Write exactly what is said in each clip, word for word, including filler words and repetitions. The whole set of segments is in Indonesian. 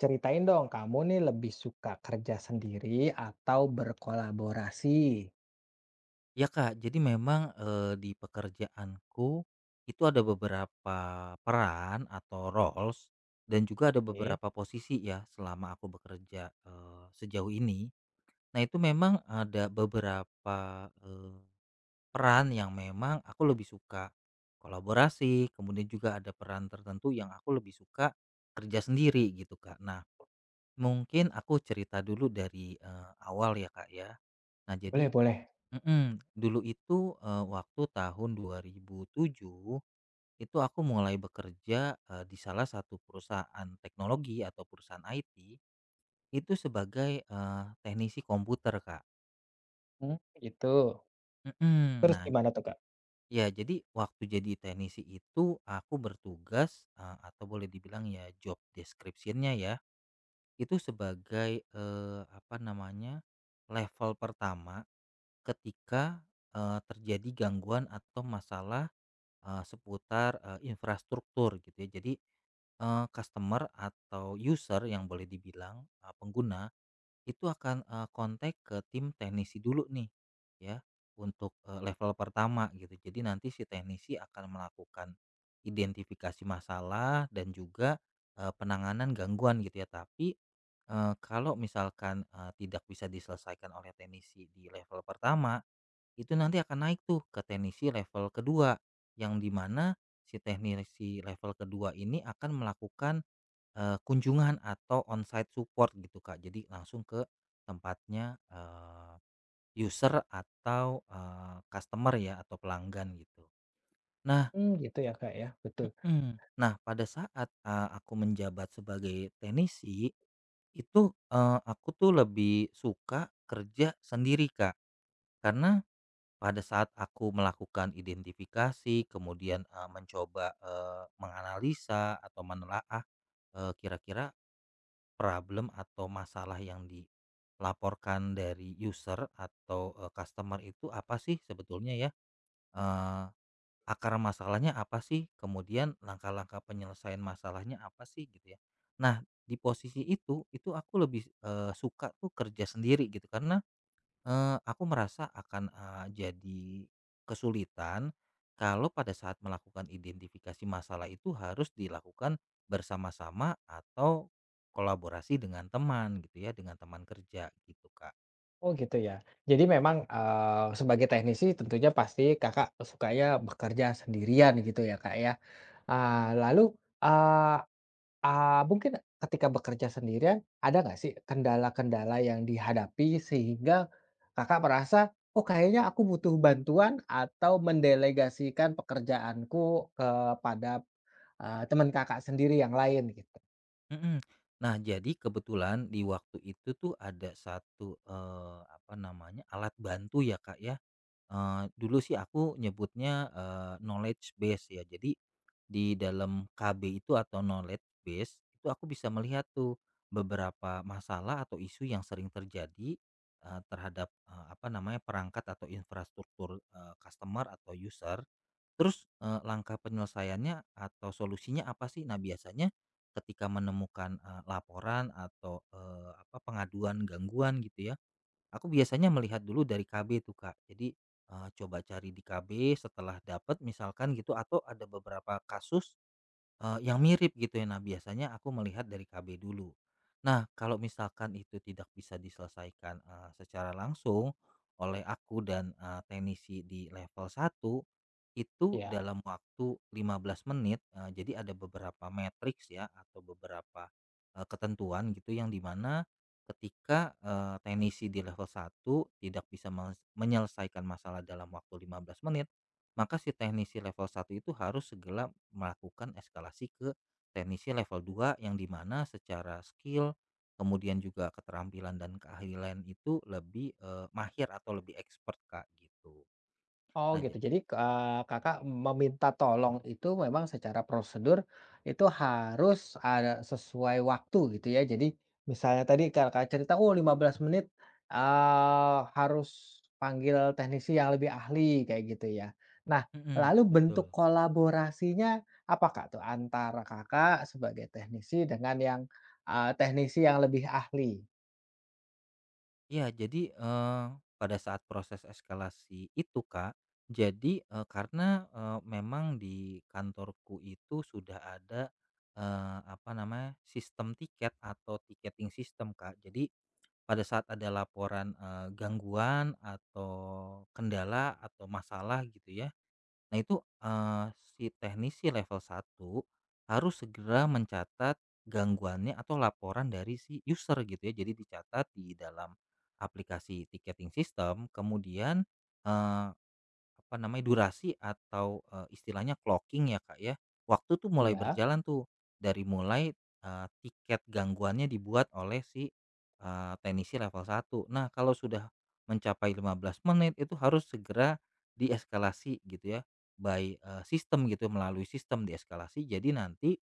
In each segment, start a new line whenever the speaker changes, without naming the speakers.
Ceritain dong, kamu nih lebih suka kerja sendiri atau berkolaborasi?
Ya Kak, jadi memang, eee, di pekerjaanku itu ada beberapa peran atau roles dan juga ada
Oke.
beberapa posisi ya selama aku bekerja, eee, sejauh ini. Nah itu memang ada beberapa, eee, peran yang memang aku lebih suka kolaborasi, kemudian juga ada peran tertentu yang aku lebih suka kerja sendiri gitu Kak. Nah mungkin aku cerita dulu dari, eee, awal ya Kak ya. Nah
Boleh
jadi
boleh.
mhm, dulu itu, eee, waktu tahun dua ribu tujuh itu aku mulai bekerja, eee, di salah satu perusahaan teknologi atau perusahaan I T itu sebagai, eee, teknisi komputer, Kak.
Mmm, gitu.
Mhm.
Terus
Nah
gimana tuh, Kak?
ya jadi waktu jadi teknisi itu aku bertugas, eee, atau boleh dibilang ya job description-nya ya, itu sebagai, eee, apa namanya, level pertama ketika, eee, terjadi gangguan atau masalah Eee, seputar, eee, infrastruktur gitu ya. Jadi, eee, customer atau user yang boleh dibilang, eee, pengguna itu akan, eee, kontak ke tim teknisi dulu nih ya untuk, eee, level pertama gitu. Jadi nanti si teknisi akan melakukan identifikasi masalah dan juga, eee, penanganan gangguan gitu ya. Tapi, eee, kalau misalkan, eee, tidak bisa diselesaikan oleh teknisi di level pertama itu nanti akan naik tuh ke teknisi level kedua yang di mana si teknisi level kedua ini akan melakukan, eee, kunjungan atau on-site support gitu, Kak. Jadi langsung ke tempatnya, eee, user atau, eee, customer ya atau pelanggan gitu. Nah
Mmm, gitu ya, Kak, ya, betul.
mhm, nah pada saat, eee, aku menjabat sebagai teknisi, itu, eee, aku tuh lebih suka kerja sendiri, Kak. Karena pada saat aku melakukan identifikasi, kemudian, eee, mencoba, eee, menganalisa atau menelaah, eee, kira-kira problem atau masalah yang dilaporkan dari user atau, eee, customer itu apa sih sebetulnya ya, eee, akar masalahnya apa sih, kemudian langkah-langkah penyelesaian masalahnya apa sih gitu ya. Nah, di posisi itu, itu aku lebih, eee, suka tuh kerja sendiri gitu karena Eee, aku merasa akan, eee, jadi kesulitan kalau pada saat melakukan identifikasi masalah itu harus dilakukan bersama-sama atau kolaborasi dengan teman gitu ya, dengan teman kerja gitu, Kak.
Oh, gitu ya. Jadi memang, eee, sebagai teknisi tentunya pasti Kakak sukanya bekerja sendirian gitu ya, Kak, ya. Ah, lalu, ah, Ah mungkin ketika bekerja sendirian, ada nggak sih kendala-kendala yang dihadapi sehingga Kakak merasa, "Oh kayaknya aku butuh bantuan," atau mendelegasikan pekerjaanku kepada, eee, teman Kakak sendiri yang lain gitu?
Mhm. Nah, jadi kebetulan di waktu itu tuh ada satu, eee, apa namanya, alat bantu ya, Kak, ya, eee, dulu sih aku nyebutnya, eee, knowledge base ya. Jadi di dalam K B itu atau knowledge base, itu aku bisa melihat tuh beberapa masalah atau isu yang sering terjadi, eee, terhadap, eee, apa namanya, perangkat atau infrastruktur, eee, customer atau user. Terus, eee, langkah penyelesaiannya atau solusinya apa sih? Nah, biasanya ketika menemukan, eee, laporan atau, eee, apa, pengaduan gangguan gitu ya, aku biasanya melihat dulu dari K B tuh, Kak. Jadi, eee, coba cari di K B setelah dapat misalkan gitu atau ada beberapa kasus Eee, yang mirip gitu ya. Nah, biasanya aku melihat dari K B dulu. Nah, kalau misalkan itu tidak bisa diselesaikan, eee, secara langsung oleh aku dan, eee, teknisi di level satu, itu
Iya.
dalam waktu lima belas menit, eee, jadi ada beberapa matriks ya atau beberapa, eee, ketentuan gitu yang dimana ketika, eee, teknisi di level satu tidak bisa meles menyelesaikan masalah dalam waktu lima belas menit, maka si teknisi level satu itu harus segera melakukan eskalasi ke teknisi level dua yang dimana secara skill, kemudian juga keterampilan dan keahlian itu lebih, eee, mahir atau lebih expert, Kak, gitu.
Oh
Nah
gitu.
ja
Jadi, eee, Kakak meminta tolong itu memang secara prosedur itu harus ada sesuai waktu gitu ya. Jadi misalnya tadi Kakak cerita, oh lima belas menit, eee, harus panggil teknisi yang lebih ahli kayak gitu ya. Nah,
mhm,
lalu bentuk
betul.
kolaborasinya apa Kak tuh antara Kakak sebagai teknisi dengan yang, eee, teknisi yang lebih ahli?
Ya jadi, eee, pada saat proses eskalasi itu, Kak, jadi, eee, karena, eee, memang di kantorku itu sudah ada, eee, apa namanya, sistem tiket atau ticketing system, Kak. Jadi pada saat ada laporan, eee, gangguan atau kendala atau masalah gitu ya. Nah itu, eee, si teknisi level satu harus segera mencatat gangguannya atau laporan dari si user gitu ya. Jadi dicatat di dalam aplikasi ticketing system kemudian, apa namanya, durasi atau, eee, istilahnya clocking ya, Kak, ya. Waktu tuh mulai
Iya.
berjalan tuh, dari mulai, eee, tiket gangguannya dibuat oleh si, eee, teknisi level satu. Nah, kalau sudah mencapai lima belas menit itu harus segera dieskalasi gitu ya, by, eee, sistem gitu, melalui sistem dieskalasi. Jadi nanti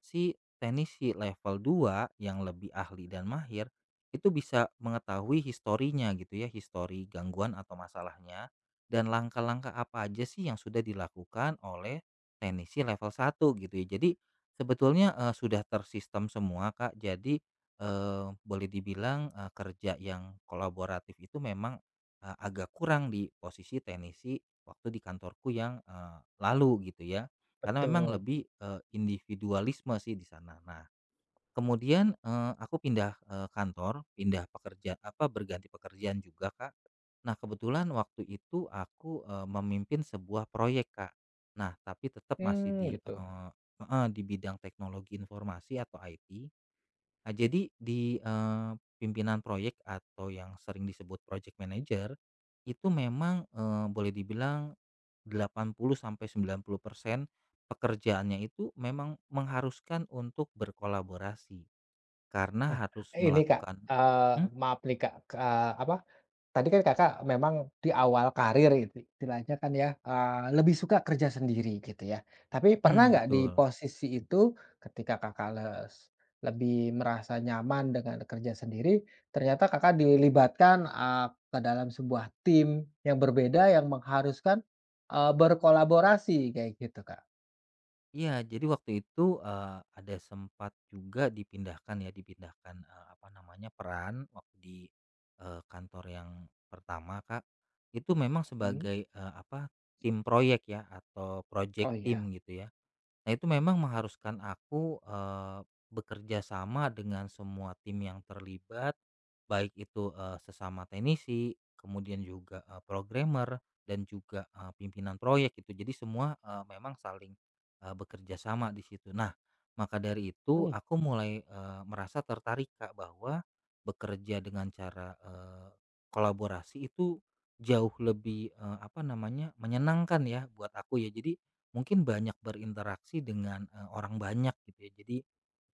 si teknisi level dua yang lebih ahli dan mahir itu bisa mengetahui historinya gitu ya, histori gangguan atau masalahnya dan langkah-langkah apa aja sih yang sudah dilakukan oleh teknisi level satu gitu ya. Jadi sebetulnya eh, sudah tersistem semua Kak. Jadi eh, boleh dibilang eh, kerja yang kolaboratif itu memang eh, agak kurang di posisi teknisi waktu di kantorku yang eh, lalu gitu ya. Karena memang
Betul.
lebih, eee, individualisme sih di sana. Nah, kemudian, eee, aku pindah, eee, kantor, pindah pekerja apa, berganti pekerjaan juga, Kak. Nah, kebetulan waktu itu aku, eee, memimpin sebuah proyek, Kak. Nah, tapi tetap masih
Hmm,
di,
gitu.
eee heeh, di bidang teknologi informasi atau I T. Nah, jadi di, eee, pimpinan proyek atau yang sering disebut project manager, itu memang, eee, boleh dibilang delapan puluh sampai sembilan puluh persen pekerjaannya itu memang mengharuskan untuk berkolaborasi, karena
Nah,
harus
ini Kak,
melakukan
eee,
mhm
maaf nih Kak, eee, apa, tadi kan Kakak memang di awal karir itu istilahnya kan ya, eee, lebih suka kerja sendiri gitu ya. Tapi pernah
mhm,
nggak di
betul.
posisi itu ketika Kakak les lebih merasa nyaman dengan kerja sendiri, ternyata Kakak dilibatkan, eee, ke dalam sebuah tim yang berbeda yang mengharuskan, eee, berkolaborasi kayak gitu Kak?
Iya, jadi waktu itu, eee, ada sempat juga dipindahkan ya, dipindahkan, eee, apa namanya, peran waktu di, eee, kantor yang pertama, Kak. Itu memang
Mhm.
sebagai, eee, apa, tim proyek ya atau
Oh
project
ya.
team gitu ya. Nah, itu memang mengharuskan aku, eee, bekerja sama dengan semua tim yang terlibat, baik itu, eee, sesama teknisi, kemudian juga, eee, programmer dan juga, eee, pimpinan proyek itu. Jadi semua, eee, memang saling, eee, bekerja sama di situ. Nah, maka dari itu
Mmm,
aku mulai, eee, merasa tertarik, Kak, bahwa bekerja dengan cara, eee, kolaborasi itu jauh lebih, eee, apa namanya, menyenangkan ya buat aku ya. Jadi mungkin banyak berinteraksi dengan, eee, orang banyak gitu ya. Jadi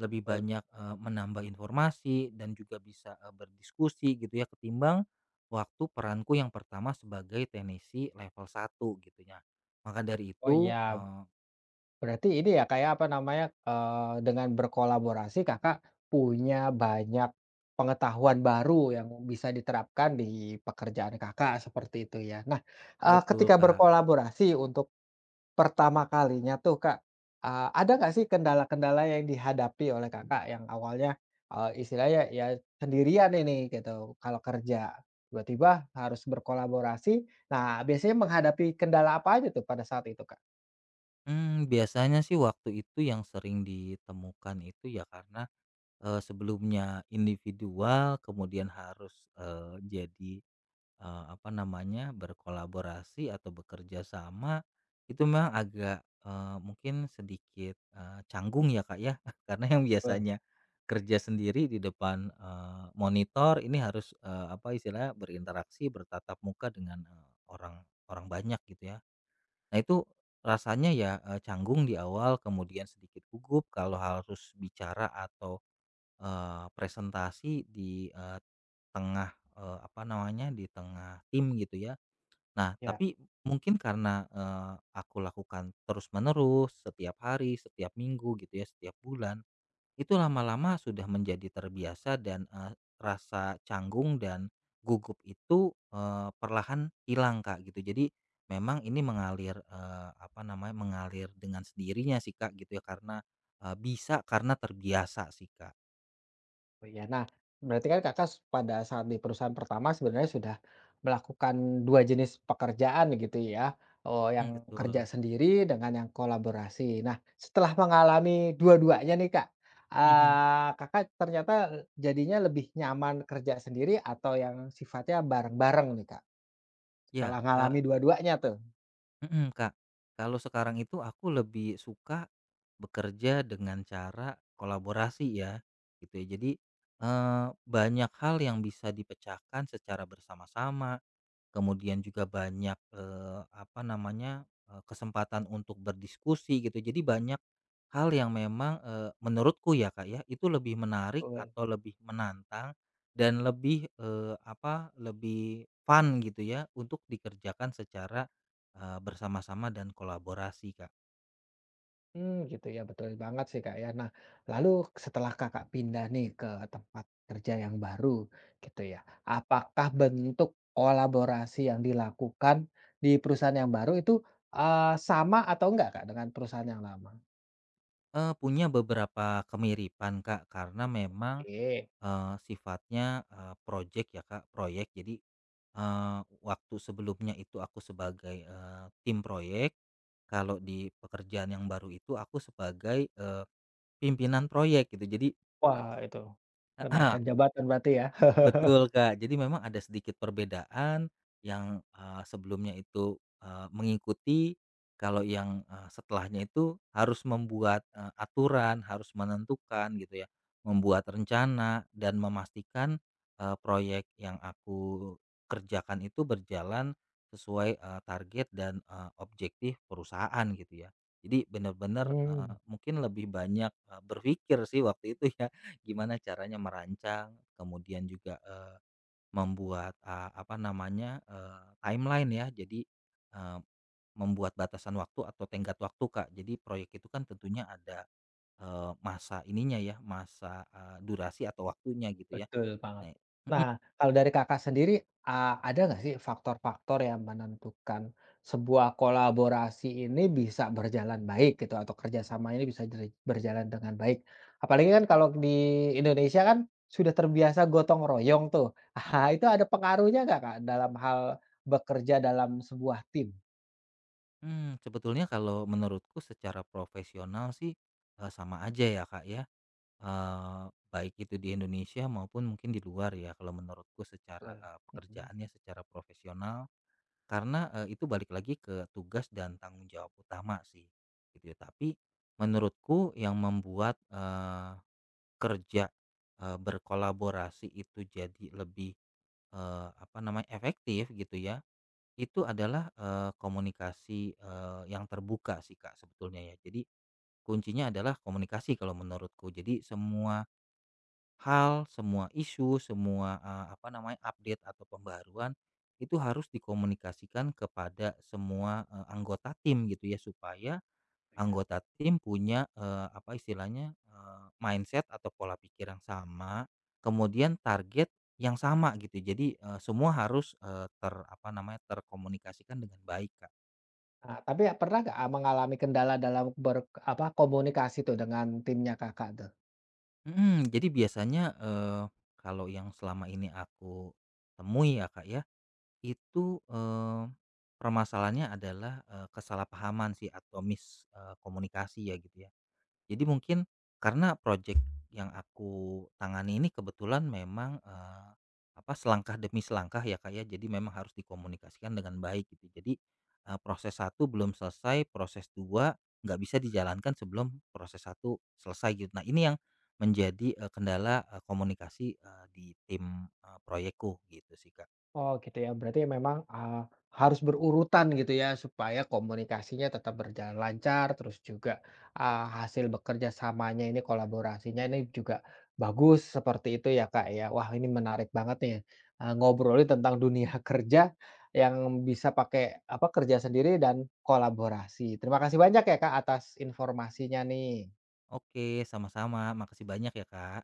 lebih
betul.
banyak, eee, menambah informasi dan juga bisa, eee, berdiskusi gitu ya ketimbang waktu peranku yang pertama sebagai teknisi level satu gitu ya. Maka dari
Oh
itu,
iya.
eee
Berarti ini ya kayak apa namanya, eee, dengan berkolaborasi Kakak punya banyak pengetahuan baru yang bisa diterapkan di pekerjaan Kakak, seperti itu ya. Nah, eee,
betul,
ketika
Kak.
berkolaborasi untuk pertama kalinya tuh Kak, eee, ada nggak sih kendala-kendala yang dihadapi oleh Kakak yang awalnya, eee, istilahnya ya sendirian ini gitu kalau kerja, tiba-tiba harus berkolaborasi. Nah, biasanya menghadapi kendala apa aja tuh pada saat itu Kak?
Mmm, biasanya sih waktu itu yang sering ditemukan itu ya karena, eee, sebelumnya individual kemudian harus, eee, jadi Eee, apa namanya, berkolaborasi atau bekerja sama, itu memang agak, eee, mungkin sedikit, eee, canggung ya, Kak, ya. Karena yang
Eee,
biasanya kerja sendiri di depan, eee, monitor ini harus, eee, apa istilahnya, berinteraksi, bertatap muka dengan, eee, orang orang banyak gitu ya. Nah itu rasanya ya, eee, canggung di awal, kemudian sedikit gugup kalau harus bicara atau Eee, presentasi di, eee, tengah, eee, apa namanya, di tengah tim gitu ya. Nah,
ya.
tapi mungkin karena, eee, aku lakukan terus-menerus setiap hari, setiap minggu gitu ya, setiap bulan, itu lama-lama sudah menjadi terbiasa dan, eee, rasa canggung dan gugup itu, eee, perlahan hilang, Kak, gitu. Jadi memang ini mengalir, eee, apa namanya, mengalir dengan sendirinya sih, Kak, gitu ya, karena, eee, bisa karena terbiasa sih, Kak.
Oh iya. Nah, berarti kan Kakak s pada saat di perusahaan pertama sebenarnya sudah melakukan dua jenis pekerjaan gitu ya, oh
Mhm,
yang kerja
betul.
sendiri dengan yang kolaborasi. Nah, setelah mengalami dua-duanya nih Kak,
Mhm.
eee, Kakak ternyata jadinya lebih nyaman kerja sendiri atau yang sifatnya bareng-bareng nih Kak,
Ya,
setelah
Kak.
mengalami dua-duanya tuh?
Mhm, Kak. Kalau sekarang itu aku lebih suka bekerja dengan cara kolaborasi ya, gitu ya. Jadi, eee, banyak hal yang bisa dipecahkan secara bersama-sama. Kemudian juga banyak, eee, apa namanya, eee, kesempatan untuk berdiskusi gitu. Jadi banyak hal yang memang, eee, menurutku ya, Kak, ya, itu lebih menarik atau lebih menantang dan lebih, eee, apa, lebih fun gitu ya untuk dikerjakan secara, eee, bersama-sama dan kolaborasi, Kak.
Hmm, gitu ya, betul banget sih, Kak, ya. Nah, lalu setelah Kakak pindah nih ke tempat kerja yang baru gitu ya, apakah bentuk kolaborasi yang dilakukan di perusahaan yang baru itu, eee, sama atau enggak, Kak, dengan perusahaan yang lama?
Eee, punya beberapa kemiripan, Kak, karena memang,
Oke.
eee, sifatnya, eee, projek ya, Kak, proyek. Jadi Eee, waktu sebelumnya itu aku sebagai, eee, tim proyek, kalau di pekerjaan yang baru itu aku sebagai, eee, pimpinan proyek gitu jadi
Wah, itu kenaikan jabatan berarti ya.
betul, Kak. Jadi memang ada sedikit perbedaan yang, eee, sebelumnya itu, eee, mengikuti, kalau yang, eee, setelahnya itu harus membuat, eee, aturan, harus menentukan gitu ya, membuat rencana dan memastikan, eee, proyek yang aku kerjakan itu berjalan sesuai, eee, target dan, eee, objektif perusahaan gitu ya. Jadi benar-benar eee,
Mmm.
mungkin lebih banyak, eee, berpikir sih waktu itu ya, gimana caranya merancang kemudian juga, eee, membuat, eee, apa namanya, eee, timeline ya. Jadi, eee, membuat batasan waktu atau tenggat waktu, Kak. Jadi proyek itu kan tentunya ada, eee, masa ininya ya, masa, eee, durasi atau waktunya gitu ya.
Betul banget.
Nah mhm
Nah, kalau dari Kakak sendiri, eee, ada nggak sih faktor-faktor yang menentukan sebuah kolaborasi ini bisa berjalan baik gitu atau kerjasama ini bisa jere berjalan dengan baik? Apalagi kan kalau di Indonesia kan sudah terbiasa gotong royong tuh. Ah, itu ada pengaruhnya nggak, Kak, dalam hal bekerja dalam sebuah tim?
mhm, sebetulnya kalau menurutku secara profesional sih, eee, sama aja ya, Kak, ya, eee, baik itu di Indonesia maupun mungkin di luar ya, kalau menurutku secara,
Eee,
eee,
mhm.
pekerjaannya secara profesional. Karena, eee, itu balik lagi ke tugas dan tanggung jawab utama sih, gitu ya. Tapi menurutku yang membuat, eee, kerja, eee, berkolaborasi itu jadi lebih, eee, apa namanya, efektif gitu ya, itu adalah, eee, komunikasi, eee, yang terbuka sih, Kak, sebetulnya ya. Jadi kuncinya adalah komunikasi kalau menurutku. Jadi semua hal, semua isu, semua eh, apa namanya update atau pembaruan itu harus dikomunikasikan kepada semua eh, anggota tim gitu ya supaya
Iya.
anggota tim punya eh, apa istilahnya eh, mindset atau pola pikir yang sama, kemudian target yang sama gitu. Jadi eh, semua harus eh, ter apa namanya terkomunikasikan dengan baik, Kak.
Ah, tapi pernah nggak, eee, mengalami kendala dalam ber apa, komunikasi tuh dengan timnya Kakak tuh?
Mm, jadi biasanya eh, kalau yang selama ini aku temui ya, Kak ya. Itu, eee, permasalahannya adalah, eee, kesalahpahaman sih atau mis komunikasi ya gitu ya. Jadi mungkin karena projek yang aku tangani ini kebetulan memang, eee, apa, selangkah demi selangkah ya, Kak, ya. Jadi memang harus dikomunikasikan dengan baik gitu. Jadi, eee, proses satu belum selesai, proses dua nggak bisa dijalankan sebelum proses satu selesai gitu. Nah ini yang menjadi, eee, kendala, eee, komunikasi, eee, di tim, eee, proyekku gitu sih, Kak.
Oh gitu ya, berarti memang, eee, harus berurutan gitu ya supaya komunikasinya tetap berjalan lancar, terus juga, eee, hasil bekerja samanya ini kolaborasinya ini juga bagus, seperti itu ya, Kak, ya. Wah ini menarik banget nih, eee, ngobrolin tentang dunia kerja yang bisa pakai apa, kerja sendiri dan kolaborasi. Terima kasih banyak ya, Kak, atas informasinya nih.
Oke, sama-sama. Makasih banyak ya, Kak.